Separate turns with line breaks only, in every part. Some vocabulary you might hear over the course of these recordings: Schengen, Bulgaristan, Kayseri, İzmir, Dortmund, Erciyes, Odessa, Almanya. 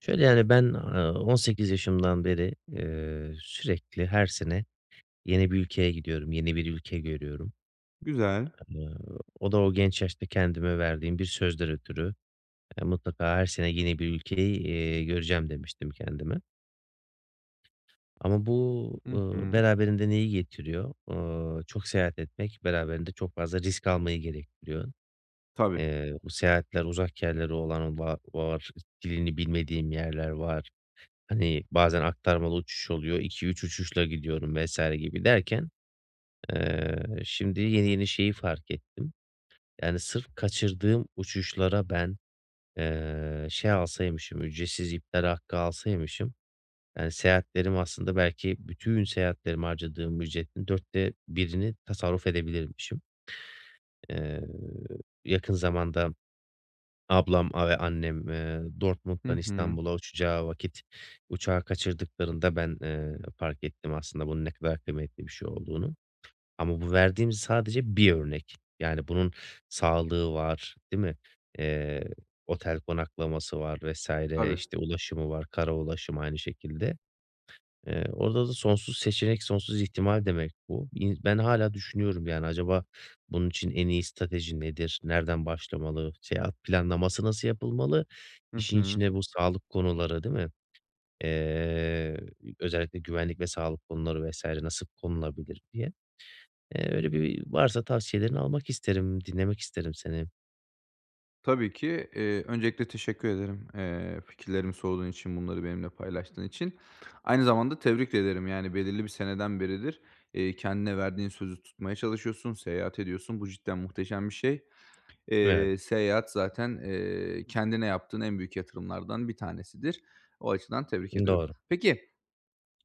Şöyle, yani, ben, 18 yaşımdan beri, sürekli her sene yeni bir ülkeye gidiyorum, yeni bir ülke görüyorum.
Güzel.
Eee, O da o genç yaşta kendime verdiğim bir sözden ötürü, mutlaka her sene yeni bir ülkeyi, göreceğim demiştim kendime. Ama bu,
Hı hı.
beraberinde neyi getiriyor? Çok seyahat etmek beraberinde çok fazla risk almayı gerektiriyor.
Tabii.
Bu seyahatler uzak yerlere olan var, dilini bilmediğim yerler var. Hani, bazen aktarmalı uçuş oluyor, iki üç uçuşla gidiyorum vesaire gibi derken, şimdi yeni yeni şeyi fark ettim. Yani, sırf kaçırdığım uçuşlara ben, şey alsaymışım, ücretsiz iptal hakkı alsaymışım, yani, seyahatlerim aslında belki bütün seyahatlerime harcadığım ücretin dörtte birini tasarruf edebilirmişim. Eee, Yakın zamanda Ablam ve annem,
Hı
Dortmund'dan
hı.
İstanbul'a uçacağı vakit uçağı kaçırdıklarında ben, fark ettim aslında bunun ne kadar kıymetli bir şey olduğunu. Ama bu verdiğim sadece bir örnek. Yani bunun sağlığı var, değil mi? Eee, Otel konaklaması var vesaire,
Tabii.
işte ulaşımı var, kara ulaşım aynı şekilde. Orada da sonsuz seçenek, sonsuz ihtimal demek bu. Ben hala düşünüyorum, yani, acaba bunun için en iyi strateji nedir? Nereden başlamalı? Seyahat planlaması nasıl yapılmalı?
Hı
İşin
hı.
içine bu sağlık konuları, değil mi? Eee, Özellikle güvenlik ve sağlık konuları vesaire nasıl konulabilir diye. Öyle bir varsa tavsiyelerini almak isterim, dinlemek isterim seni.
Tabii ki, öncelikle teşekkür ederim, fikirlerimi sorduğun için, bunları benimle paylaştığın için. Aynı zamanda tebrik ederim. Yani belirli bir seneden beridir, kendine verdiğin sözü tutmaya çalışıyorsun, seyahat ediyorsun. Bu cidden muhteşem bir şey.
Evet,
Seyahat zaten, kendine yaptığın en büyük yatırımlardan bir tanesidir. O açıdan tebrik ederim.
doğru.
Peki,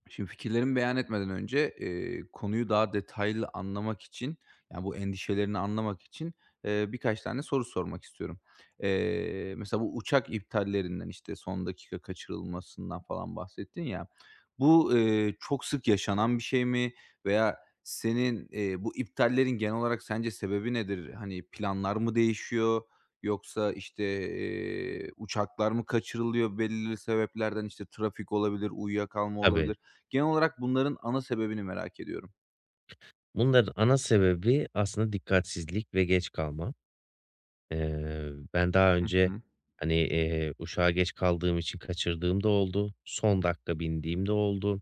şimdi fikirlerimi beyan etmeden önce, konuyu daha detaylı anlamak için, yani, bu endişelerini anlamak için, birkaç tane soru sormak istiyorum. Mesela bu uçak iptallerinden, işte, son dakika kaçırılmasından falan bahsettin ya. Bu, çok sık yaşanan bir şey mi veya senin, bu iptallerin genel olarak sence sebebi nedir? Hani, planlar mı değişiyor yoksa, işte, uçaklar mı kaçırılıyor belirli sebeplerden? İşte, trafik olabilir, uyuyakalma
Tabii.
olabilir. Genel olarak bunların ana sebebini merak ediyorum.
Bunların ana sebebi aslında dikkatsizlik ve geç kalma. Ben daha
Hı
önce,
hı.
hani, uçağa geç kaldığım için kaçırdığım da oldu. Son dakika bindiğim de oldu.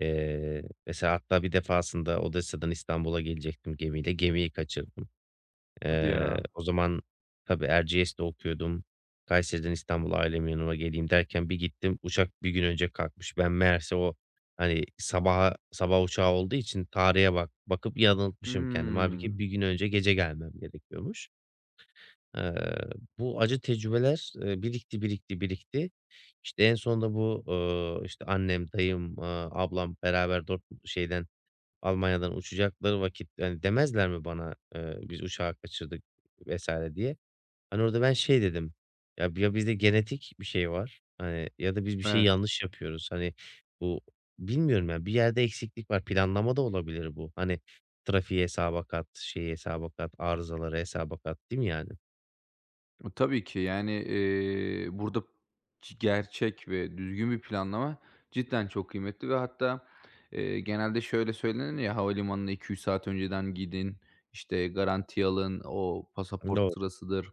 Mesela hatta bir defasında Odessa'dan İstanbul'a gelecektim gemiyle. Gemiyi kaçırdım.
Hadi ya.
O zaman tabii Erciyes'te okuyordum. Kayseri'den İstanbul'a ailemin yanıma geleyim derken bir gittim, uçak bir gün önce kalkmış. Ben meğerse o, hani, sabah uçağı olduğu için tarihe bakıp yanıltmışım kendimi. Hâlbuki
Hımm.
bir gün önce gece gelmem gerekiyormuş. Eee, Bu acı tecrübeler, birikti, birikti, birikti. İşte, en sonunda bu, işte, annem, dayım, ablam beraber dört şeyden, Almanya'dan uçacakları vakit, hani, demezler mi bana, "Biz uçağı kaçırdık." vesaire diye? Hani, orada ben şey dedim, ""Ya, bizde genetik bir şey var, hani, ya da biz bir şey
Evet.
yanlış yapıyoruz." Hani, bu bilmiyorum ya, bir yerde eksiklik var. Planlama da olabilir bu. Hani, trafiği hesaba kat, şeyi hesaba kat, arızaları hesaba kat, değil mi yani?
E, tabii ki yani, burada gerçek ve düzgün bir planlama cidden çok kıymetli ve hatta, genelde şöyle söylenir ya, havalimanına 2-3 saat önceden gidin, işte, garanti alın, o pasaport
Doğru.
sırasıdır.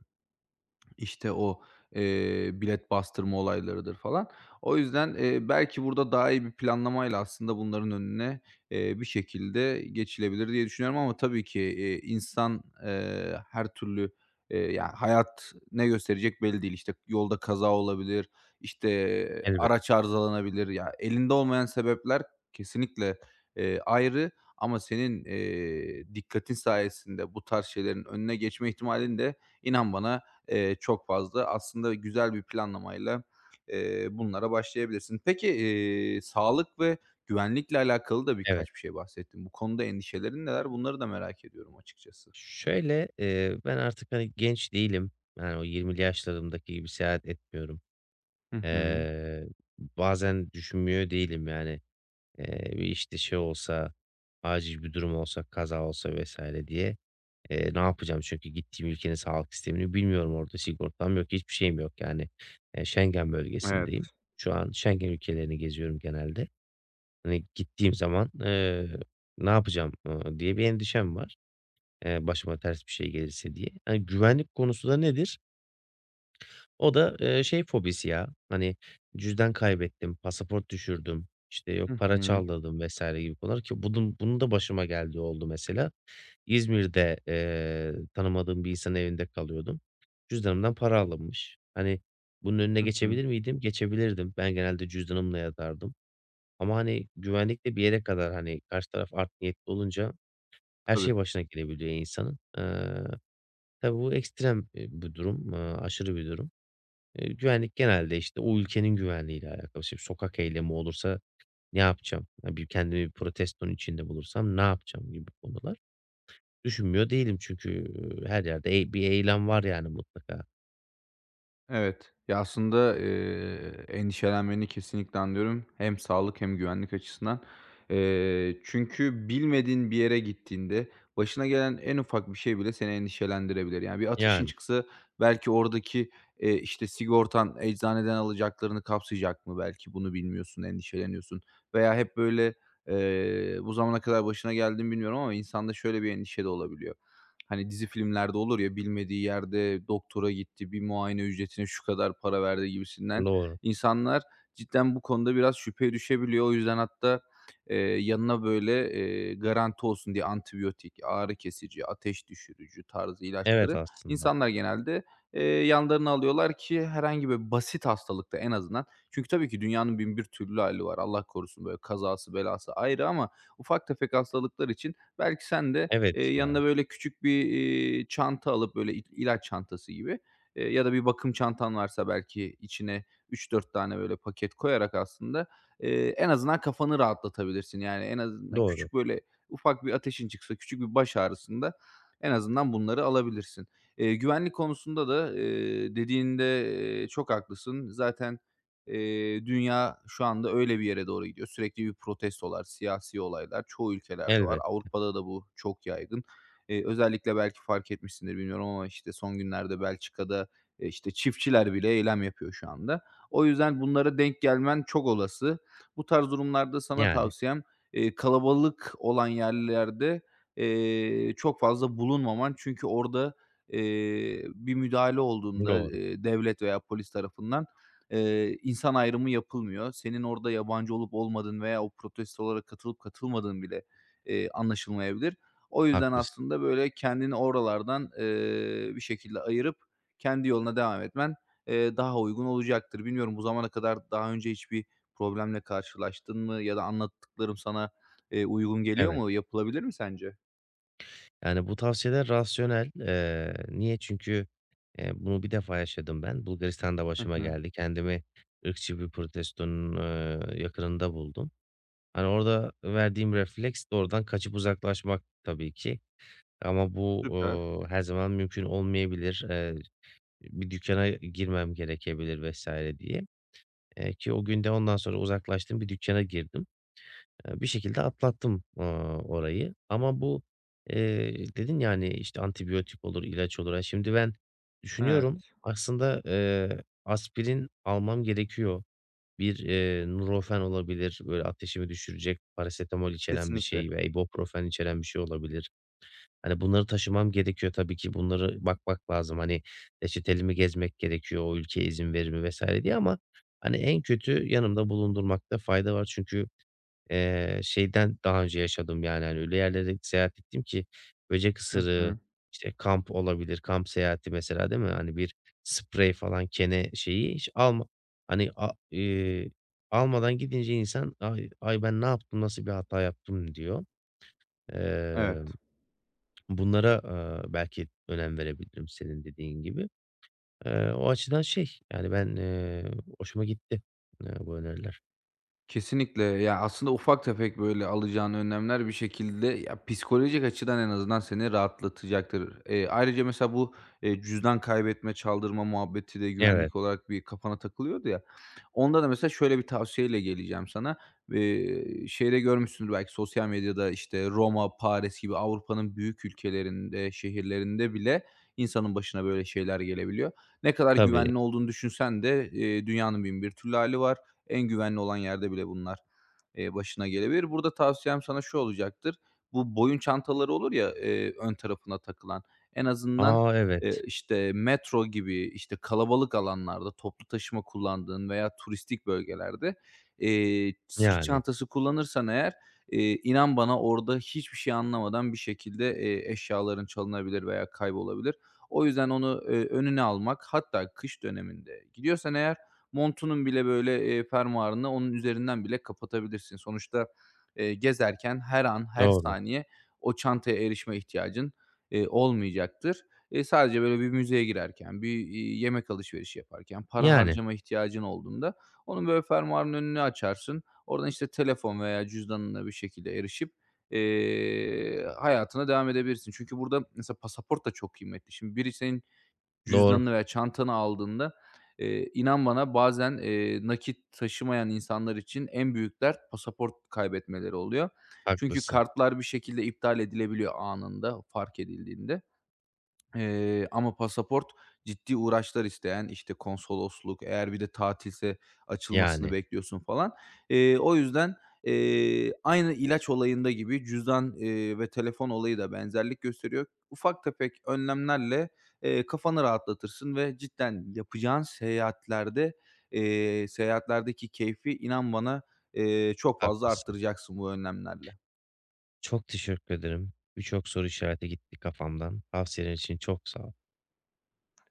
İşte o, bilet bastırma olaylarıdır falan. O yüzden, belki burada daha iyi bir planlamayla aslında bunların önüne, bir şekilde geçilebilir diye düşünüyorum ama tabii ki, insan, her türlü, ya, hayat ne gösterecek belli değil. İşte, yolda kaza olabilir, işte,
Elbet,
araç arızalanabilir. Ya, elinde olmayan sebepler kesinlikle, ayrı ama senin, dikkatin sayesinde bu tarz şeylerin önüne geçme ihtimalin de inan bana çok fazla. Aslında güzel bir planlamayla, bunlara başlayabilirsin. Peki, sağlık ve güvenlikle alakalı da
evet.
birkaç bir şey bahsettin. Bu konuda endişelerin neler? Bunları da merak ediyorum açıkçası.
Şöyle, ben artık, hani, genç değilim. Yani, o 20'li yaşlarımdaki gibi seyahat etmiyorum.
Hı hı.
Eee, Bazen düşünmüyor değilim, yani, bir, işte, şey olsa, acil bir durum olsa, kaza olsa vesaire diye, ne yapacağım? Çünkü gittiğim ülkenin sağlık sistemini bilmiyorum. Orada sigortam yok, hiçbir şeyim yok, yani. Schengen bölgesindeyim.
Evet.
Şu an Schengen ülkelerini geziyorum genelde. Hani, gittiğim zaman, ne yapacağım, diye bir endişem var. Başıma ters bir şey gelirse diye. Hani, güvenlik konusu da nedir? O da, şey fobisi ya, hani, cüzdan kaybettim, pasaport düşürdüm, işte, yok
Hı
para
hı.
çaldırdım vesaire gibi konular ki bunun da başıma geldiği oldu mesela. İzmir'de, tanımadığım bir insanın evinde kalıyordum. Cüzdanımdan para alınmış. Hani, bunun önüne
Hı hı.
geçebilir miydim? Geçebilirdim. Ben genelde cüzdanımla yatardım ama, hani, güvenlik de bir yere kadar, hani, karşı taraf art niyetli olunca her
Tabii.
şey başına gelebiliyor insanın. Tabii bu ekstrem, bir durum, aşırı bir durum. Güvenlik genelde, işte, o ülkenin güvenliğiyle alakalı. Şimdi sokak eylemi olursa ne yapacağım? Ya, bir kendimi bir protestonun içinde bulursam ne yapacağım gibi konular. Düşünmüyor değilim çünkü, her yerde bir eylem var yani mutlaka.
Evet. Ya, aslında, endişelenmeni kesinlikle anlıyorum. Hem sağlık hem güvenlik açısından. Çünkü bilmediğin bir yere gittiğinde başına gelen en ufak bir şey bile seni endişelendirebilir. Yani, bir ateşin
Yani,
çıksa belki oradaki, işte, sigortan eczaneden alacaklarını kapsayacak mı? Belki bunu bilmiyorsun, endişeleniyorsun veya hep böyle, bu zamana kadar başına geldiğini bilmiyorum ama insanda şöyle bir endişe de olabiliyor. Hani dizi filmlerde olur ya, bilmediği yerde doktora gitti, bir muayene ücretine şu kadar para verdi gibisinden.
doğru.
İnsanlar cidden bu konuda biraz şüpheye düşebiliyor. O yüzden hatta, yanına böyle, garanti olsun diye antibiyotik, ağrı kesici, ateş düşürücü tarzı
Evet
ilaçları
aslında.
insanlar genelde, yanlarına alıyorlar ki herhangi bir basit hastalıkta en azından çünkü tabii ki dünyanın bin bir türlü hali var. Allah korusun böyle kazası belası ayrı ama ufak tefek hastalıklar için belki sen de,
Evet ya.
Yanına böyle küçük bir, çanta alıp böyle ilaç çantası gibi, ya da bir bakım çantan varsa belki içine üç dört tane böyle paket koyarak aslında, en azından kafanı rahatlatabilirsin. Yani en azından
Doğru.
küçük böyle ufak bir ateşin çıksa, küçük bir baş ağrısında en azından bunları alabilirsin. Güvenlik konusunda da, dediğinde, çok haklısın. Zaten, dünya şu anda öyle bir yere doğru gidiyor. Sürekli bir protestolar, siyasi olaylar çoğu ülkelerde var.
Elbet.
Avrupa'da da bu çok yaygın. Özellikle belki fark etmişsindir bilmiyorum ama, işte, son günlerde Belçika'da, işte, çiftçiler bile eylem yapıyor şu anda. O yüzden bunlara denk gelmen çok olası. Bu tarz durumlarda sana
Yani.
tavsiyem, kalabalık olan yerlerde, çok fazla bulunmaman. Çünkü orada, bir müdahale olduğunda,
Doğru.
devlet veya polis tarafından, insan ayrımı yapılmıyor. Senin orada yabancı olup olmadığın veya o protestolara katılıp katılmadığın bile, anlaşılmayabilir. O yüzden
Haklısın.
aslında, böyle, kendini oralardan, bir şekilde ayırıp kendi yoluna devam etmen, daha uygun olacaktır. Bilmiyorum bu zamana kadar daha önce hiçbir problemle karşılaştın mı ya da anlattıklarım sana, uygun geliyor
Evet.
mu? Yapılabilir mi sence?
Yani, bu tavsiyeler rasyonel. Niye? Çünkü, bunu bir defa yaşadım ben. Bulgaristan'da
Hı
başıma
hı.
geldi. Kendimi ırkçı bir protestonun, yakınında buldum. Hani, orada verdiğim refleks de oradan kaçıp uzaklaşmak tabii ki ama bu,
Süper.
her zaman mümkün olmayabilir. Bir dükkana girmem gerekebilir vesaire diye, ki o günde ondan sonra uzaklaştım. Bir dükkana girdim. Bir şekilde atlattım, orayı ama bu, dedin yani işte, antibiyotik olur, ilaç olur. Ha, şimdi ben düşünüyorum
Evet.
aslında, aspirin almam gerekiyor. Bir, Nurofen olabilir, böyle, ateşimi düşürecek parasetamol içeren bir
Kesinlikle.
şey ve ibuprofen içeren bir şey olabilir. Hani, bunları taşımam gerekiyor tabii ki. Bunları bakmak lazım. Hani, reçeteli mi gezmek gerekiyor, o ülke izin verir mi vs. diye ama, hani, en kötü yanımda bulundurmakta fayda var. Çünkü şeyden daha önce yaşadım, yani, hani, öyle yerlere seyahat ettim ki böcek
Hı
ısırığı,
hı.
işte, kamp olabilir, kamp seyahati mesela, değil mi? Hani, bir sprey falan, kene şeyi hiç alma hani, a almadan gidince insan, "Ay ay ben ne yaptım, nasıl bir hata yaptım?" diyor. Emm,
Evet.
Bunlara, belki önem verebilirim senin dediğin gibi. O açıdan şey, yani, ben, hoşuma gitti, bu öneriler.
Kesinlikle. Ya, aslında ufak tefek, böyle, alacağın önlemler bir şekilde ya, psikolojik açıdan en azından seni rahatlatacaktır. Ayrıca mesela bu, cüzdan kaybetme, çaldırma muhabbeti de
Evet,
güvenlik olarak bir kafana takılıyordu ya. Onda da mesela şöyle bir tavsiyeyle geleceğim sana. Şeyde görmüşsündür belki sosyal medyada, işte, Roma, Paris gibi Avrupa'nın büyük ülkelerinde, şehirlerinde bile insanın başına böyle şeyler gelebiliyor. Ne kadar
tabii.
güvenli olduğunu düşünsen de, dünyanın binbir türlü hali var. En güvenli olan yerde bile bunlar, başına gelebilir. Burada tavsiyem sana şu olacaktır: bu boyun çantaları olur ya, ön tarafına takılan, en azından,
aa evet.
işte, metro gibi, işte, kalabalık alanlarda, toplu taşıma kullandığın veya turistik bölgelerde, sırt
Yani,
çantası kullanırsan eğer, inan bana orada hiçbir şey anlamadan bir şekilde, eşyaların çalınabilir veya kaybolabilir. O yüzden onu, önüne almak, hatta kış döneminde gidiyorsan eğer montunun bile böyle, fermuarını onun üzerinden bile kapatabilirsin. Sonuçta, gezerken her an, her
doğru.
saniye o çantaya erişme ihtiyacın, olmayacaktır. Sadece böyle bir müzeye girerken, bir, yemek alışverişi yaparken, para
Yani,
harcama ihtiyacın olduğunda onun böyle fermuarının önünü açarsın. Oradan, işte, telefon veya cüzdanına bir şekilde erişip, hayatına devam edebilirsin. Çünkü burada mesela pasaport da çok kıymetli. Şimdi biri senin
doğru,
cüzdanını veya çantanı aldığında, inan bana bazen, nakit taşımayan insanlar için en büyük dert pasaport kaybetmeleri oluyor. Çünkü
haklısın.
kartlar bir şekilde iptal edilebiliyor anında, fark edildiğinde. Ama pasaport ciddi uğraşlar isteyen, işte, konsolosluk, eğer bir de tatilse açılmasını
Yani,
bekliyorsun falan. O yüzden, aynı ilaç olayında gibi cüzdan, ve telefon olayı da benzerlik gösteriyor. Ufak tefek önlemlerle, kafanı rahatlatırsın ve cidden yapacağın seyahatlerde, seyahatlerdeki keyfi inan bana, çok fazla
haklısın.
arttıracaksın bu önlemlerle.
Çok teşekkür ederim. Birçok soru işareti gitti kafamdan. Tavsiyeler için çok sağ ol.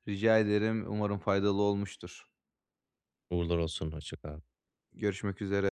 Rica ederim, umarım faydalı olmuştur.
Uğurlar olsun, hoşça kal.
Görüşmek üzere.